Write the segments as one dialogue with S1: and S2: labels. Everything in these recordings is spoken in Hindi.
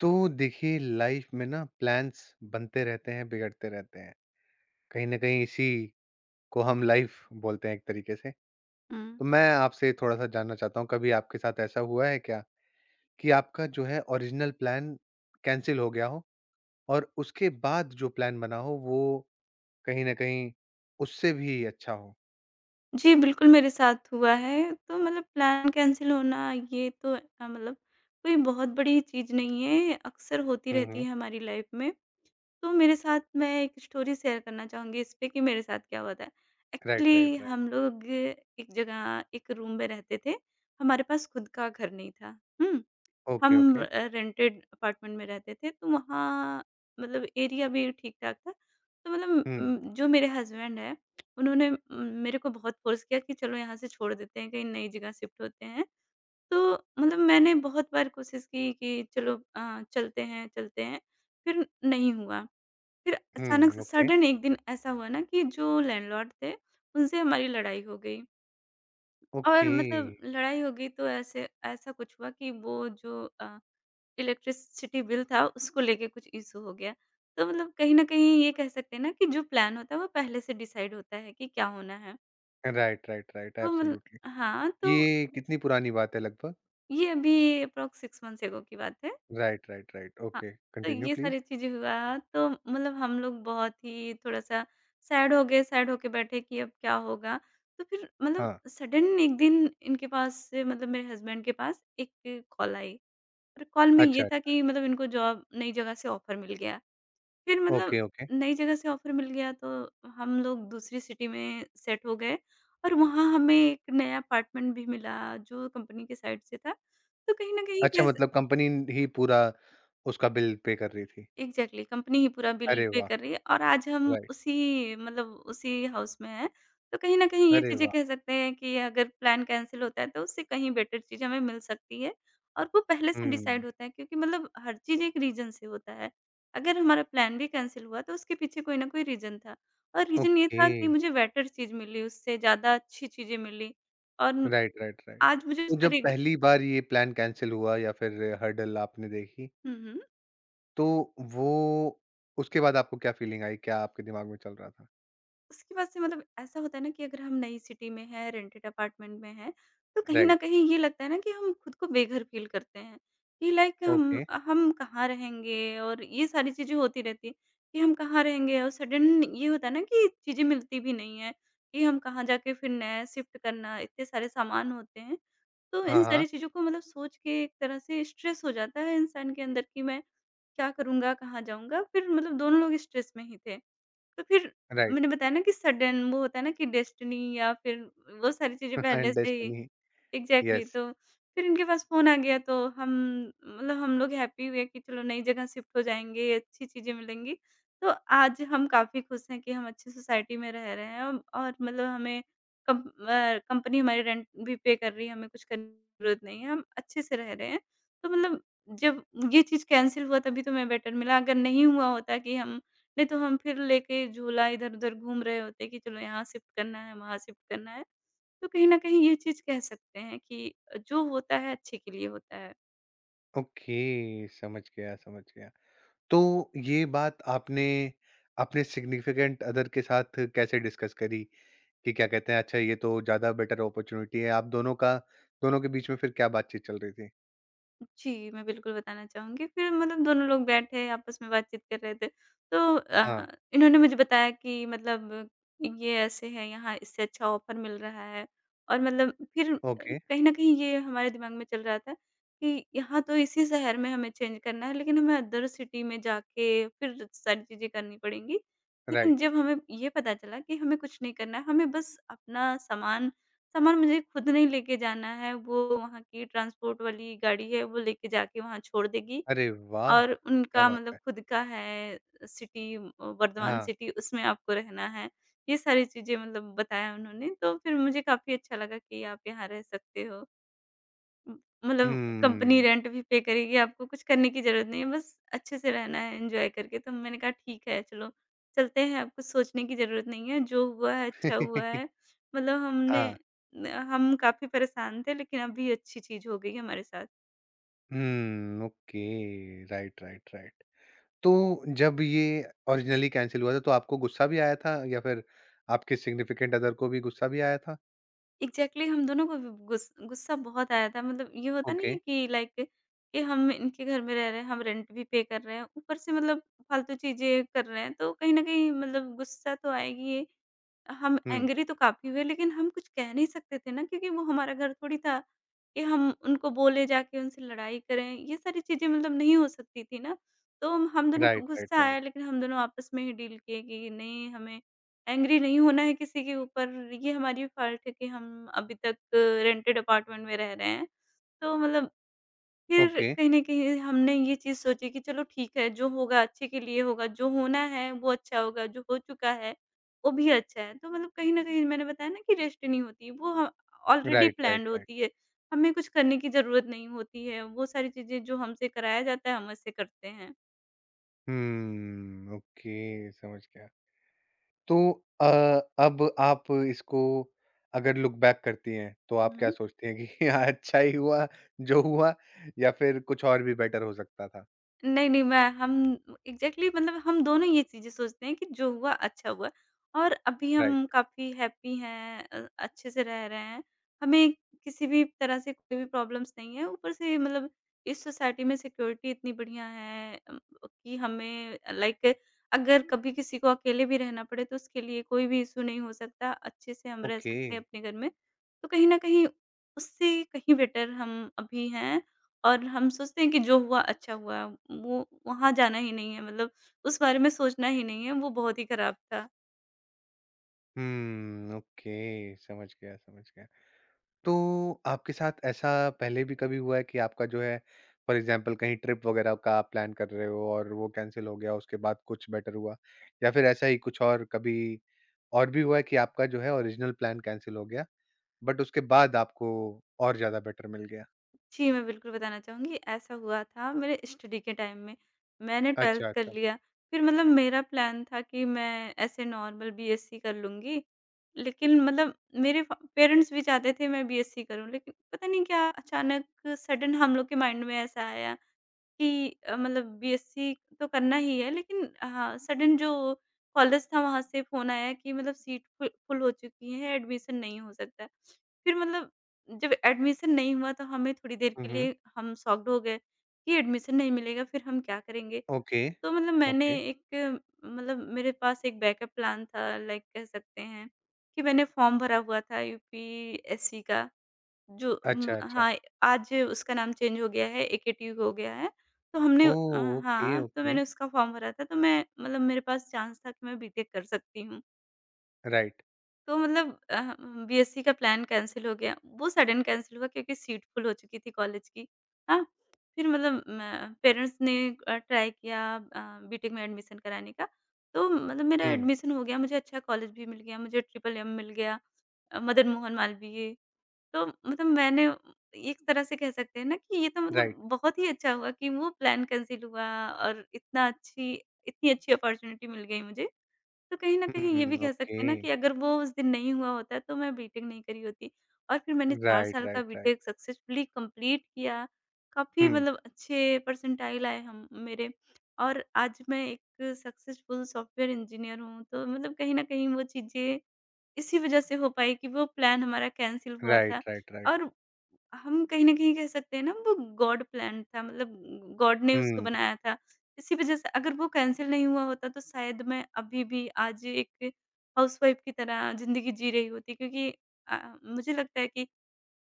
S1: तो देखिए लाइफ में ना प्लान्स बनते रहते हैं, बिगड़ते रहते हैं। कहीं ना कहीं इसी को हम लाइफ बोलते हैं एक तरीके से।
S2: हुँ।
S1: तो मैं आपसे थोड़ा सा जानना चाहता हूँ, कभी आपके साथ ऐसा हुआ है क्या कि आपका जो है ओरिजिनल प्लान कैंसिल हो गया हो और उसके बाद जो प्लान बना हो वो कहीं ना कहीं उससे भी अच्छा हो।
S2: जी, बिल्कुल मेरे साथ हुआ है। तो मतलब प्लान कैंसल होना, ये तो मतलब कोई बहुत बड़ी चीज़ नहीं है, अक्सर होती
S1: हम्म, हम्म।
S2: रहती है हमारी लाइफ़ में। तो मेरे साथ, मैं एक स्टोरी शेयर करना चाहूँगी इस पे कि मेरे साथ क्या हुआ था।
S1: Right,
S2: actually
S1: right, right.
S2: हम लोग एक जगह एक रूम में रहते थे, हमारे पास खुद का घर नहीं था। हुँ? हम
S1: ओके, ओके।
S2: रेंटेड अपार्टमेंट में रहते थे, तो वहाँ मतलब एरिया भी ठीक-ठाक था। तो मतलब
S1: हम्म,
S2: जो मेरे हस्बैंड हैं, उन्होंने मेरे को बहुत फ़ोर्स किया कि चलो यहाँ से छोड़ देते हैं, कहीं नई जगह शिफ्ट होते हैं। तो मतलब मैंने बहुत बार कोशिश की कि चलो चलते हैं, फिर नहीं हुआ। फिर अचानक
S1: हम्म।
S2: से
S1: ओके,
S2: सडन एक दिन ऐसा हुआ ना कि जो लैंडलॉर्ड थे, उनसे हमारी लड़ाई हो गई। और
S1: ओके।
S2: मतलब लड़ाई हो गई तो ऐसे ऐसा कुछ हुआ कि वो जो इलेक्ट्रिसिटी बिल था, उसको लेके कुछ इश्यू हो गया। तो मतलब कहीं न कहीं ये कह सकते हैं ना कि जो प्लान होता है वो पहले से डिसाइड होता है कि क्या होना है।
S1: राइट, राइट, राइट,
S2: तो मतलब
S1: एब्सोल्युटली।
S2: हाँ, तो
S1: ये कितनी पुरानी बात है लगभग?
S2: ये अभी अप्रॉक्स 6 मंथ्स एगो की बात है।
S1: Right, right, right.
S2: हाँ,
S1: ओके,
S2: तो
S1: कंटिन्यू
S2: ये
S1: प्लीज़।
S2: सारी चीज़ें हुआ, तो मतलब हम लोग बहुत ही थोड़ा-सा सैड हो गए, सैड होके बैठे कि अब क्या होगा? तो फिर मतलब
S1: हाँ।
S2: सडन एक दिन इनके पास से, मतलब मेरे हस्बैंड के पास, एक कॉल आई। और कॉल में ये
S1: अच्छा,
S2: था
S1: अच्छा।
S2: कि मतलब इनको जॉब नई जगह से ऑफ़र मिल गया। फिर मतलब
S1: ओके, ओके।
S2: नई जगह से ऑफ़र मिल गया तो हम लोग दूसरी सिटी में सेट हो गए, और वहाँ हमें एक नया अपार्टमेंट भी मिला जो कंपनी की साइड से था। तो कहीं न कहीं
S1: अच्छा,
S2: कैस
S1: मतलब कंपनी ही पूरा उसका बिल पे कर रही थी।
S2: एग्ज़ैक्टली कंपनी ही पूरा बिल
S1: अरे
S2: पे
S1: वाह!
S2: कर रही है, और आज हम
S1: राइट।
S2: उसी मतलब उसी हाउस में हैं। तो कहीं न कहीं ये
S1: अरे
S2: चीज़ें
S1: वाह!
S2: कह सकते हैं कि अगर प्लान कैंसल होता है तो उससे कहीं बेटर चीज़ हमें मिल सकती है, और वो पहले से डिसाइड
S1: हुँ,
S2: होता है क्योंकि मतलब हर चीज़ एक रीज़न से होता है। अगर हमारा प्लान भी कैंसल हुआ तो उसके पीछे कोई न कोई रीज़न था, और रीज़न ये
S1: ओके।
S2: था कि मुझे बेटर चीज़ मिली, उससे ज़्यादा अच्छी चीज़ें मिली। और
S1: राइट, राइट, राइट।
S2: आज मुझे उस
S1: तो
S2: पर
S1: जब
S2: रिग
S1: पहली बार ये प्लान कैंसल हुआ या फिर हर्डल आपने देखी,
S2: हुँ, हुँ।
S1: तो वो उसके बाद आपको क्या फीलिंग आई? क्या आपके दिमाग में चल रहा था?
S2: उसके बाद से मतलब ऐसा होता है ना कि अगर हम नई सिटी में हैं, रेंटेड अपार्टमेंट में हैं, तो कहीं न
S1: राइट,
S2: कहीं ये लगता है ना कि हम खुद को बेघर फ़ील करते हैं, कि लाइक हम
S1: ओके।
S2: हम कहाँ रहेंगे, और ये सारी चीज़ें होती रहती हैं कि हम कहाँ रहेंगे। और सडन ये होता है ना कि चीज़ें मिलती भी नहीं हैं, कि हम कहाँ जाके फिर नया शिफ्ट करना, इतने सारे सामान होते हैं। तो
S1: हाँ,
S2: इन
S1: हाँ,
S2: सारी चीज़ों को मतलब सोच के एक तरह से स्ट्रेस हो जाता है इंसान के अंदर कि मैं क्या करूँगा, कहाँ जाऊँगा? फिर मतलब दोनों लोग स्ट्रेस में ही थे। तो फिर मैंने
S1: राइट।
S2: बताया ना कि सडन वो होता है ना कि डेस्टिनी, या फिर वो सारी चीज़ें पहले
S1: एंड
S2: से ही।
S1: Destiny,
S2: exactly,
S1: yes.
S2: तो फिर इनके पास फ़ोन आ गया, तो हम, मतलब हम लोग हैप्पी हुए कि चलो नई जगह शिफ्ट हो जाएँगे, अच्छी चीज़ें मिलेंगी। तो आज हम काफ़ी खुश हैं कि हम अच्छी सोसाइटी में रह रहे हैं, औ और मतलब हमें कंपनी हमारी रेंट भी पे कर रही है, हमें कुछ करने की ज़रूरत नहीं है, हम अच्छे से रह रहे हैं। तो मतलब जब ये चीज़ कैंसल हुआ तभी तो हमें बेटर मिला, अगर नहीं हुआ होता कि हम नहीं, तो हम फिर लेके झूला इधर-उधर घूम रहे होते कि चलो यहाँ शिफ्ट करना है, वहाँ शिफ्ट करना है। तो कहीं न कहीं ये चीज़ कह सकते हैं कि जो होता है अच्छे के लिए होता है।
S1: ओके, समझ गया, समझ गया। तो ये बात आपने अपने सिग्निफिकेंट अदर के साथ कैसे डिस्कस करी कि क्या कहते हैं, अच्छा ये तो ज़्यादा बेटर अपॉर्चुनिटी है। आप दोनों के बीच में फिर क्या बातचीत चल रही थी?
S2: जी, मैं बिल्कुल बताना चाहूँगी। फिर मतलब दोनों लोग बैठे आपस में बातचीत कर रहे थे। तो
S1: हाँ,
S2: इन्होंने मुझे बताया कि मतलब ये ऐसे है, यहाँ इससे अच्छा ऑफ़र मिल रहा है। और मतलब फिर
S1: ओके,
S2: कहीं न कहीं ये हमारे दिमाग में चल रहा था कि यहाँ तो इसी शहर में हमें चेंज करना है, लेकिन हमें अदर सिटी में जाके फिर सारी चीज़ें करनी पड़ेंगी। लेकिन
S1: राइट।
S2: जब हमें ये पता चला कि हमें कुछ नहीं करना है, हमें बस अपना सामान, सामान मुझे खुद नहीं लेके जाना है, वो वहाँ की ट्रांसपोर्ट वाली गाड़ी है, वो लेके जाके वहाँ छोड़ देगी।
S1: अरे वाह!
S2: और
S1: क्या
S2: उनका
S1: बात
S2: मतलब
S1: है।
S2: खुद का है, सिटी वर्धमान
S1: हाँ,
S2: सिटी, उसमें आपको रहना है। ये सारी चीज़ें मतलब बताया उन्होंने, तो फिर मुझे काफ़ी अच्छा लगा कि आप यहाँ रह सकते हो। उम, मतलब कंपनी
S1: हम्म।
S2: रेंट भी पे करेगी, आपको कुछ करने की ज़रूरत नहीं है, बस अच्छे से रहना है, एन्जॉय करके। तो मैंने कहा ठीक है चलो, चलते हैं, अब कुछ सोचने की ज़रूरत नहीं है, जो हुआ है अच्छा हुआ है। मतलब हमने
S1: हाँ,
S2: न हम काफ़ी परेशान थे, लेकिन अब भी अच्छी चीज़ हो गई है हमारे साथ।
S1: Okay, right, right, right. तो जब ये ओरिजिनली कैंसल हुआ था तो आपको गुस्सा भी आया था या फिर आपके सिग्निफिकेंट अदर को भी गुस्सा भी आया था?
S2: एग्ज़ैक्टली, हम दोनों को भी गुस्सा बहुत आया था। मतलब ये होता नहीं
S1: ओके,
S2: है कि लाइक, कि हम इनके घर में रह रहे हैं, हम रेंट भी पे कर रहे हैं, ऊपर से मतलब फालतू चीज़ें कर रहे हैं, तो कहीं न कहीं मतलब गुस्सा तो आएगी ही। हम
S1: हुँ,
S2: एंग्री तो काफ़ी हुए, लेकिन हम कुछ कह नहीं सकते थे ना, क्योंकि वो हमारा घर थोड़ी था कि हम उनको बोले जाके उनसे लड़ाई करें, ये सारी चीज़ें मतलब नहीं हो सकती थी ना। तो हम दोनों को
S1: राइट, राइट,
S2: गुस्सा आया,
S1: राइट।
S2: लेकिन हम दोनों आपस में ही डील किए कि नहीं, हमें एंग्री नहीं होना है किसी के ऊपर, ये हमारी फ़ॉल्ट है कि हम अभी तक रेंटेड अपार्टमेंट में रह रहे हैं। तो मतलब फिर
S1: ओके,
S2: कहीं न कहीं हमने ये चीज़ सोची कि चलो ठीक है, जो होगा अच्छे के लिए होगा, जो होना है वो अच्छा होगा, जो हो चुका है वो भी अच्छा है। तो मतलब कहीं न कहीं मैंने बताया ना कि डेस्टिनी होती है, वो ह already
S1: right, right,
S2: planned
S1: right.
S2: होती है, हमें कुछ करने की ज़रूरत नहीं होती है। वो सारी चीज़ें जो हमसे कराया जाता है, हम वैसे करते हैं।
S1: ओके, समझ गया। तो अ, अब आप इसको अगर लुक बैक करती हैं, तो आप क्या सोचती हैं कि हाँ, अच्छा ही हुआ जो हुआ, या फिर कुछ और भी बेटर हो सकता था?
S2: नहीं, नहीं, मैं हम एग्ज़ैक्टली, मतलब हम दोनों ये चीज़ें सोचते हैं कि जो हुआ अच्छा हुआ, और अभी
S1: राइट,
S2: हम काफ़ी हैप्पी हैं, अच्छे से रह रहे हैं। हमें किसी भी तरह से कोई भी प्रॉब्लम्स नहीं है। ऊपर से मतलब इस सोसाइटी में सिक्योरिटी इतनी बढ़िया है, कि हमें लाइक अगर कभी किसी को अकेले भी रहना पड़े तो उसके लिए कोई भी इश्यू नहीं हो सकता। अच्छे से हम रह
S1: ओके।
S2: सकते हैं अपने घर में। तो कहीं न कहीं उससे कहीं बेटर हम अभी हैं। और हम सोचते हैं कि जो हुआ अच्छा हुआ, वो वहाँ जाना ही नहीं है, मतलब उस बारे में सोचना ही नहीं है, वो बहुत ही खराब था।
S1: हुँ, ओके, समझ गया, समझ गया। तो आपके साथ ऐसा पहले भी कभी हुआ है कि आपका जो है, फॉर एग्ज़ाम्पल कहीं ट्रिप वगैरह का आप प्लान कर रहे हो और वो कैंसल हो गया, उसके बाद कुछ बेटर हुआ? या फिर ऐसा ही कुछ और कभी और भी हुआ है कि आपका जो है ओरिजिनल प्लान कैंसल हो गया, बट उसके बाद आपको और ज़्यादा बेटर मिल गया?
S2: जी, मैं बिल्कुल बताना चाहूँगी, ऐसा हुआ था मेरे स्टडी के टाइम में। मैंने 12th
S1: अच्छा,
S2: कर
S1: अच्छा।
S2: लिया, फिर मतलब मेरा प्लान था कि मैं ऐसे नॉर्मल बीएससी कर लूँगी। लेकिन मतलब मेरे फ पेरेंट्स भी चाहते थे मैं बीएससी करूँ, लेकिन पता नहीं क्या अचानक सडन हम लोग के माइंड में ऐसा आया कि मतलब बीएससी तो करना ही है। लेकिन हाँ, सडन जो कॉलेज था वहाँ से फ़ोन आया कि मतलब सीट फुल फुल हो चुकी है, एडमिशन नहीं हो सकता है। फिर मतलब जब एडमिशन नहीं हुआ तो हमें थोड़ी देर
S1: हुँ,
S2: के
S1: हुँ।
S2: लिए हम शॉक्ड हो गए कि एडमिशन नहीं मिलेगा, फिर हम क्या करेंगे?
S1: ओके,
S2: तो मतलब मैंने
S1: ओके।
S2: एक मतलब मेरे पास एक बैकअप प्लान था, लाइक कह सकते हैं कि मैंने फ़ॉर्म भरा हुआ था यूपीएससी का। जो
S1: अच्छा, अच्छा।
S2: हाँ, आज उसका नाम चेंज हो गया है, एकेटी हो गया है।
S1: ओह! ओके,
S2: हाँ, तो
S1: ओके।
S2: मैंने उसका फॉर्म भरा था, तो मैं मतलब मेरे पास चांस था कि मैं बीटेक कर सकती हूँ।
S1: राइट।
S2: तो मतलब बीएससी का प्लान कैंसल हो गया। वो सडन कैंसल हुआ क्योंकि सीट फुल हो चुकी थी कॉलेज की। हाँ, फिर मतलब मैं पेरेंट्स ने ट्राई किया बीटेक में एडमिशन कराने का। तो मतलब मेरा
S1: हुँ,
S2: एडमिशन हो गया, मुझे अच्छा कॉलेज भी मिल गया, मुझे ट्रिपल एम मिल गया, मदन मोहन मालवीय। तो मतलब मैंने एक तरह से कह सकते हैं ना कि ये तो मतलब
S1: राइट।
S2: बहुत ही अच्छा हुआ कि वो प्लान कैंसल हुआ, और इतना अच्छी इतनी अच्छी अपॉर्च्युनिटी मिल गई मुझे। तो कहीं न कहीं ये भी
S1: हुँ,
S2: कह सकते
S1: ओके।
S2: हैं ना कि अगर वो उस दिन नहीं हुआ होता तो मैं बीटेक नहीं करी होती, और फिर मैंने 4
S1: राइट,
S2: साल का
S1: right, right.
S2: BTech successfully complete किया। काफ़ी
S1: हुँ,
S2: मतलब अच्छे परसेंटाइल आए हम मेरे, और आज मैं एक सक्सेसफुल सॉफ्टवेयर इंजीनियर हूँ। तो मतलब कहीं न कहीं वो चीज़ें इसी वजह से हो पाई कि वो प्लान हमारा कैंसल हुआ था,
S1: राइट, राइट, राइट।
S2: और हम कहीं न कहीं कह सकते हैं ना वो गॉड प्लान था, मतलब गॉड ने उसको
S1: हुँ।
S2: बनाया था। इसी वजह से, अगर वो कैंसल नहीं हुआ होता तो शायद मैं अभी भी आज एक हाउसवाइफ़ की तरह ज़िंदगी जी रही होती, क्योंकि अ, मुझे लगता है कि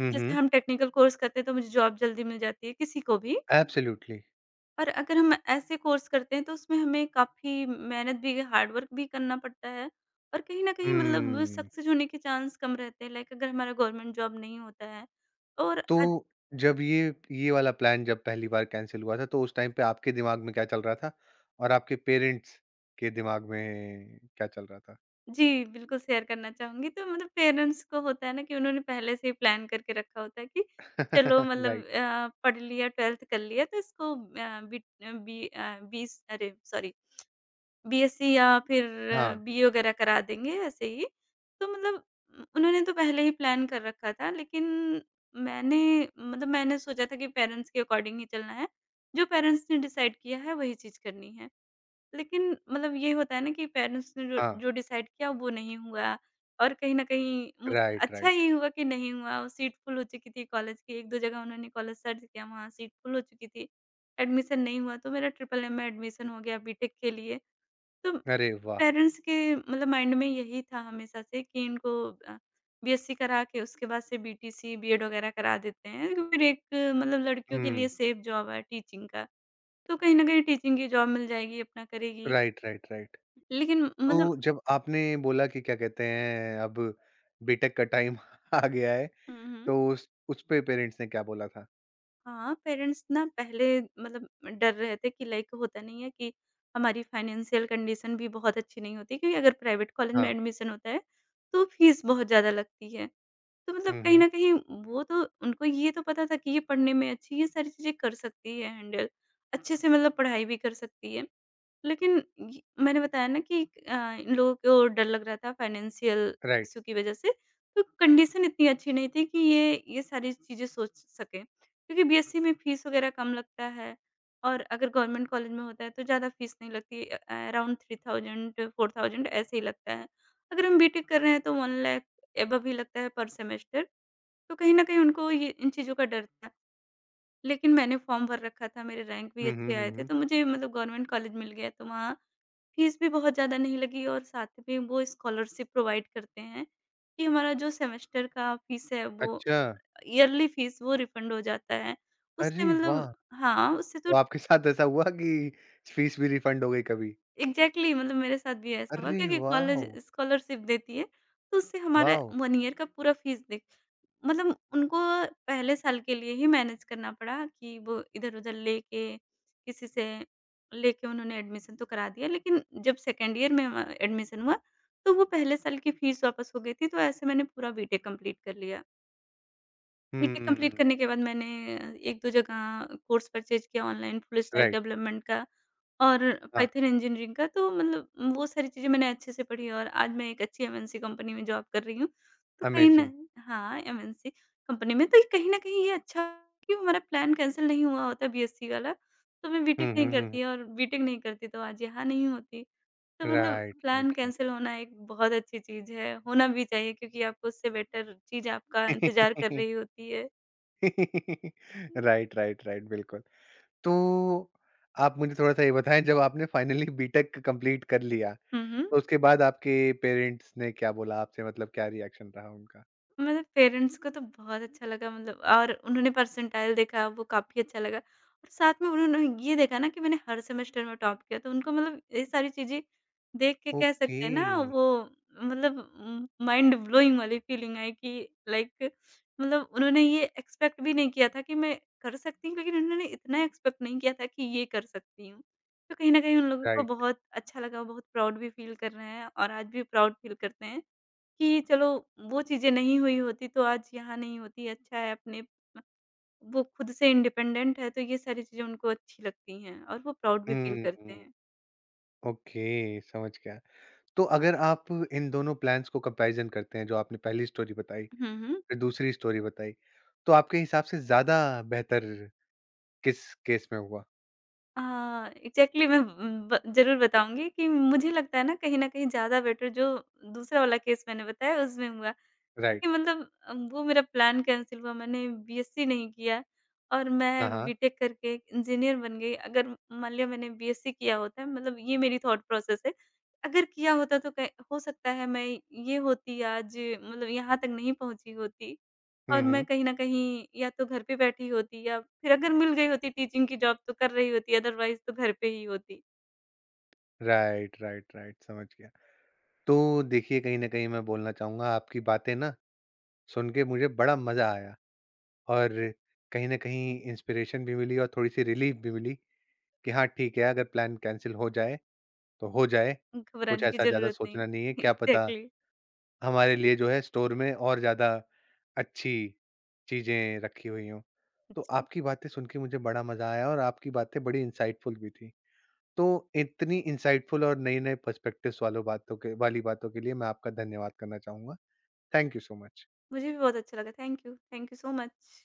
S1: हुँ,
S2: जैसे
S1: हुँ।
S2: हम टेक्निकल कोर्स करते हैं तो मुझे जॉब जल्दी मिल जाती है, किसी को भी।
S1: एब्सोल्यूटली।
S2: और अगर हम ऐसे कोर्स करते हैं तो उसमें हमें काफ़ी मेहनत भी, हार्ड वर्क भी करना पड़ता है, और कहीं न कहीं मतलब
S1: हुँ।
S2: सक्सेस होने के चांस कम रहते हैं, लाइक अगर हमारा गवर्नमेंट जॉब नहीं होता है। और
S1: तो जब ये वाला प्लान जब पहली बार कैंसल हुआ था, तो उस टाइम पे आपके दिमाग में क्या चल रहा था? और आपके पेरेंट्स के दिमाग में क्या चल रहा था?
S2: जी, बिल्कुल शेयर करना चाहूँगी। तो मतलब पेरेंट्स को होता है ना कि उन्होंने पहले से ही प्लान करके रखा होता है कि चलो मतलब
S1: राइट।
S2: पढ़ लिया, 12th कर लिया, तो इसको अ, बी बी अ, 20 अरे! सॉरी, बीएससी या फिर
S1: हाँ।
S2: बीए वगैरह करा देंगे ऐसे ही। तो मतलब उ उन्होंने तो पहले ही प्लान कर रखा था, लेकिन मैंने मतलब मैंने सोचा था कि पेरेंट्स के अकॉर्डिंग ही चलना है। जो पेरेंट्स ने डिसाइड किया है वही चीज़ करनी है। लेकिन मतलब ये होता है ना कि पेरेंट्स ने जो
S1: हाँ,
S2: जो डिसाइड किया वो नहीं हुआ, और कहीं न कहीं मुझ
S1: राइट,
S2: अच्छा
S1: राइट।
S2: ये हुआ कि नहीं हुआ। सीट फुल हो चुकी थी कॉलेज की, 1-2 जगह उन्होंने कॉलेज सर्च किया, वहाँ सीट फुल हो चुकी थी। एडमिशन नहीं हुआ तो मेरा ट्रिपल एम में एडमिशन हो गया बीटेक के लिए। तो
S1: अरे वाह।
S2: पेरेंट्स के मतलब माइंड में यही था हमेशा से कि इनको बीएससी करा के उसके बाद से बीटीसी, बीएड वगैरह करा देते हैं, तो फिर एक मतलब लड़कियों के लिए
S1: हम्म।
S2: सेफ जॉब है टीचिंग का, तो कहीं न कहीं टीचिंग की जॉब मिल जाएगी, अपना करेगी।
S1: Right, right, right.
S2: लेकिन मतलब।
S1: तो जब आपने बोला कि क्या कहते हैं, अब बीटेक का टाइम आ गया है,
S2: हुँ, हुँ।
S1: तो उस पे पेरेंट्स ने क्या बोला था?
S2: हाँ, पेरेंट्स ना पहले मतलब डर रहे थे कि लाइक होता नहीं है कि हमारी फाइनेंशियल कंडीशन भी बहुत अच्छी नहीं होती, क्योंकि अगर प्राइवेट कॉलेज में
S1: हाँ।
S2: एडमिशन होता है, तो फीस बहुत ज़्यादा लगती है। तो मतलब
S1: हम्म, हम्म।
S2: कहीं न कहीं वो तो उनको ये तो पता था कि ये पढ़ने में अच्छी है, ये सारी चीज़ें कर सकती है हैंडल, अच्छे से मतलब पढ़ाई भी कर सकती है। लेकिन य मैंने बताया ना कि अ, इन लोगों को डर लग रहा था फाइनेंशियल
S1: राइट।
S2: इश्यू की वज़ह से, तो कंडीशन इतनी अच्छी नहीं थी कि ये सारी चीज़ें सोच सकें। क्योंकि बीएससी में फ़ीस वग़ैरह कम लगता है, और अगर गवर्नमेंट कॉलेज में होता है तो ज़्यादा फ़ीस नहीं लगती, अराउंड 3000 4000 ऐसे ही लगता है। अगर हम बीटेक कर रहे हैं तो 1 लाख एबव ही लगता है पर सेमेस्टर, तो कहीं न कहीं उनको ये इन चीज़ों का डर था। लेकिन मैंने फॉर्म भर रखा था, मेरे रैंक भी
S1: हम्म, हम्म,
S2: अच्छे आए
S1: हम्म,
S2: थे,
S1: हम्म।
S2: तो मुझे मतलब गवर्नमेंट कॉलेज मिल गया, तो वहाँ फीस भी बहुत ज़्यादा नहीं लगी, और साथ में वो स्कॉलरशिप प्रोवाइड करते हैं कि हमारा जो सेमेस्टर का फीस है, वो
S1: अच्छा।
S2: ईयरली फीस वो रिफंड हो जाता है। उससे
S1: अरे
S2: मतलब
S1: वाह।
S2: हाँ, उससे तो
S1: तो आपके साथ ऐसा हुआ कि फीस भी रिफंड हो गई कभी?
S2: एग्ज़ैक्टली मतलब मेरे साथ भी ऐसा हुआ,
S1: अरे
S2: क्योंकि
S1: वाह।
S2: कॉलेज स्कॉलरशिप देती है, तो उससे हमारा
S1: वाह।
S2: 1 ईयर का पूरा फीस दे मतलब उनको पहले साल के लिए ही मैनेज करना पड़ा कि वो इधर-उधर लेके, किसी से लेके उन्होंने एडमिशन तो करा दिया, लेकिन जब सेकंड ईयर में एडमिशन हुआ, तो वो पहले साल की फीस वापस हो गई थी, तो ऐसे मैंने पूरा बीटेक कंप्लीट कर लिया। बीटेक कंप्लीट
S1: हम्म।
S2: करने के बाद मैंने 1-2 जगह कोर्स परचेज़ किया online full stack
S1: right.
S2: Development का और
S1: हाँ।
S2: पाइथन इंजीनियरिंग का, तो मतलब वो सारी चीज़ें मैंने अच्छे से पढ़ी, और आज मैं एक अच्छी एमएनसी कंपनी में जॉब कर रही हूँ। तो कहीं
S1: अमेजिंग।
S2: न हाँ, एमएनसी कंपनी में, तो ये कहीं न कहीं ये अच्छा कि वो हमारा प्लान कैंसल नहीं हुआ होता बीएससी वाला, तो मैं बीटेक
S1: हम्म,
S2: नहीं
S1: हम्म, हम्म।
S2: करती, और बीटेक नहीं करती तो आज यहाँ नहीं होती। तो मतलब
S1: right,
S2: plan
S1: right,
S2: cancel
S1: right.
S2: होना एक बहुत अच्छी चीज़ है, होना भी चाहिए, क्योंकि आपको उससे बेटर चीज़ आपका इंतज़ार कर रही होती है। हुँ,
S1: राइट, राइट, राइट, बिल्कुल। तो आप मुझे थोड़ा-सा ये बताएँ, जब आपने फाइनली बीटेक कंप्लीट कर लिया,
S2: हुँ।
S1: तो उसके बाद आपके पेरेंट्स ने क्या बोला आपसे, मतलब क्या रिएक्शन रहा उनका?
S2: मतलब पेरेंट्स को तो बहुत अच्छा लगा, मतलब और उन्होंने परसेंटाइल देखा वो काफ़ी अच्छा लगा, और साथ में उन्होंने ये देखा ना कि मैंने हर सेमेस्टर में टॉप किया, तो उनको मतलब ये सारी चीज़ें देख के कह
S1: ओके,
S2: सकते हैं ना वो मतलब माइंड ब्लोइंग वाली फीलिंग आई कि लाइक मतलब उन्होंने ये एक्सपेक्ट भी नहीं किया था कि मैं कर सकती हूँ, लेकिन उन्होंने इतना एक्सपेक्ट नहीं किया था कि ये कर सकती हूँ। तो कहीं न कहीं उन लोगों को
S1: राइट।
S2: बहुत अच्छा लगा, बहुत प्राउड भी फील कर रहे हैं और आज भी प्राउड फील करते हैं। कि चलो, वो चीज़ें नहीं हुई होती तो आज यहाँ नहीं होती, अच्छा है अपने म वो खुद से इंडिपेंडेंट है, तो ये सारी चीज़ें उनको अच्छी लगती हैं और वो प्राउड भी फील करते
S1: हुँ,
S2: हैं।
S1: ओके, समझ गया। तो अगर आप इन दोनों प्लान्स को कंपैरिज़न करते हैं, जो आपने पहली स्टोरी बताई,
S2: हुँ, हुँ।
S1: फिर दूसरी स्टोरी बताई, तो आपके हिसाब से ज़्यादा बेहतर किस केस में हुआ?
S2: अ, एग्ज़ैक्टली मैं ब ज़रूर बताऊँगी कि मुझे लगता है ना, कहीं न कहीं ज़्यादा बेटर जो दूसरा वाला केस मैंने बताया उसमें हुआ। देखिए
S1: राइट।
S2: मतलब वो मेरा प्लान कैंसल हुआ, मैंने बीएससी नहीं किया और
S1: हाँ,
S2: मैं
S1: हाँ।
S2: बीटेक करके इंजीनियर बन गई। अगर मान लिया मैंने बीएससी किया होता, मतलब ये मेरी थॉट प्रोसेस है। अगर किया होता तो कै हो सकता है मैं ये होती आज, मतलब यहाँ तक नहीं पहुँची होती, और
S1: हुँ,
S2: मैं
S1: हुँ।
S2: कहीं न कहीं या तो घर पे बैठी होती या फिर अगर मिल गई होती टीचिंग की जॉब तो कर रही होती, अदरवाइज़ तो घर पे ही होती।
S1: राइट, राइट, राइट, समझ गया। तो देखिए, कहीं न कहीं मैं बोलना चाहूँगा आपकी बातें ना सुन के मुझे बड़ा मज़ा आया और कहीं न कहीं इंस्पिरेशन भी मिली और थोड़ी-सी रिलीफ़ भी मिली कि हाँ, ठीक है अगर प्लान कैंसल हो जाए, तो हो जाए। कुछ
S2: घबराने की
S1: ऐसा ज़्यादा
S2: ज़रूरत नहीं।
S1: सोचना नहीं है, क्या पता
S2: एग्ज़ैक्टली
S1: हमारे लिए जो है स्टोर में और ज़्यादा अच्छी चीज़ें रखी हुई हों। तो
S2: जी,
S1: आपकी बातें सुन के मुझे बड़ा मज़ा आया और आपकी बातें बड़ी इंसाइटफुल भी थी। तो इतनी इंसाइटफुल और नए-नए पर्सपेक्टिव्स वालों बातों के वाली बातों के लिए मैं आपका धन्यवाद करना चाहूँगा। Thank you so much.
S2: मुझे भी बहुत अच्छा लगा। Thank you so much.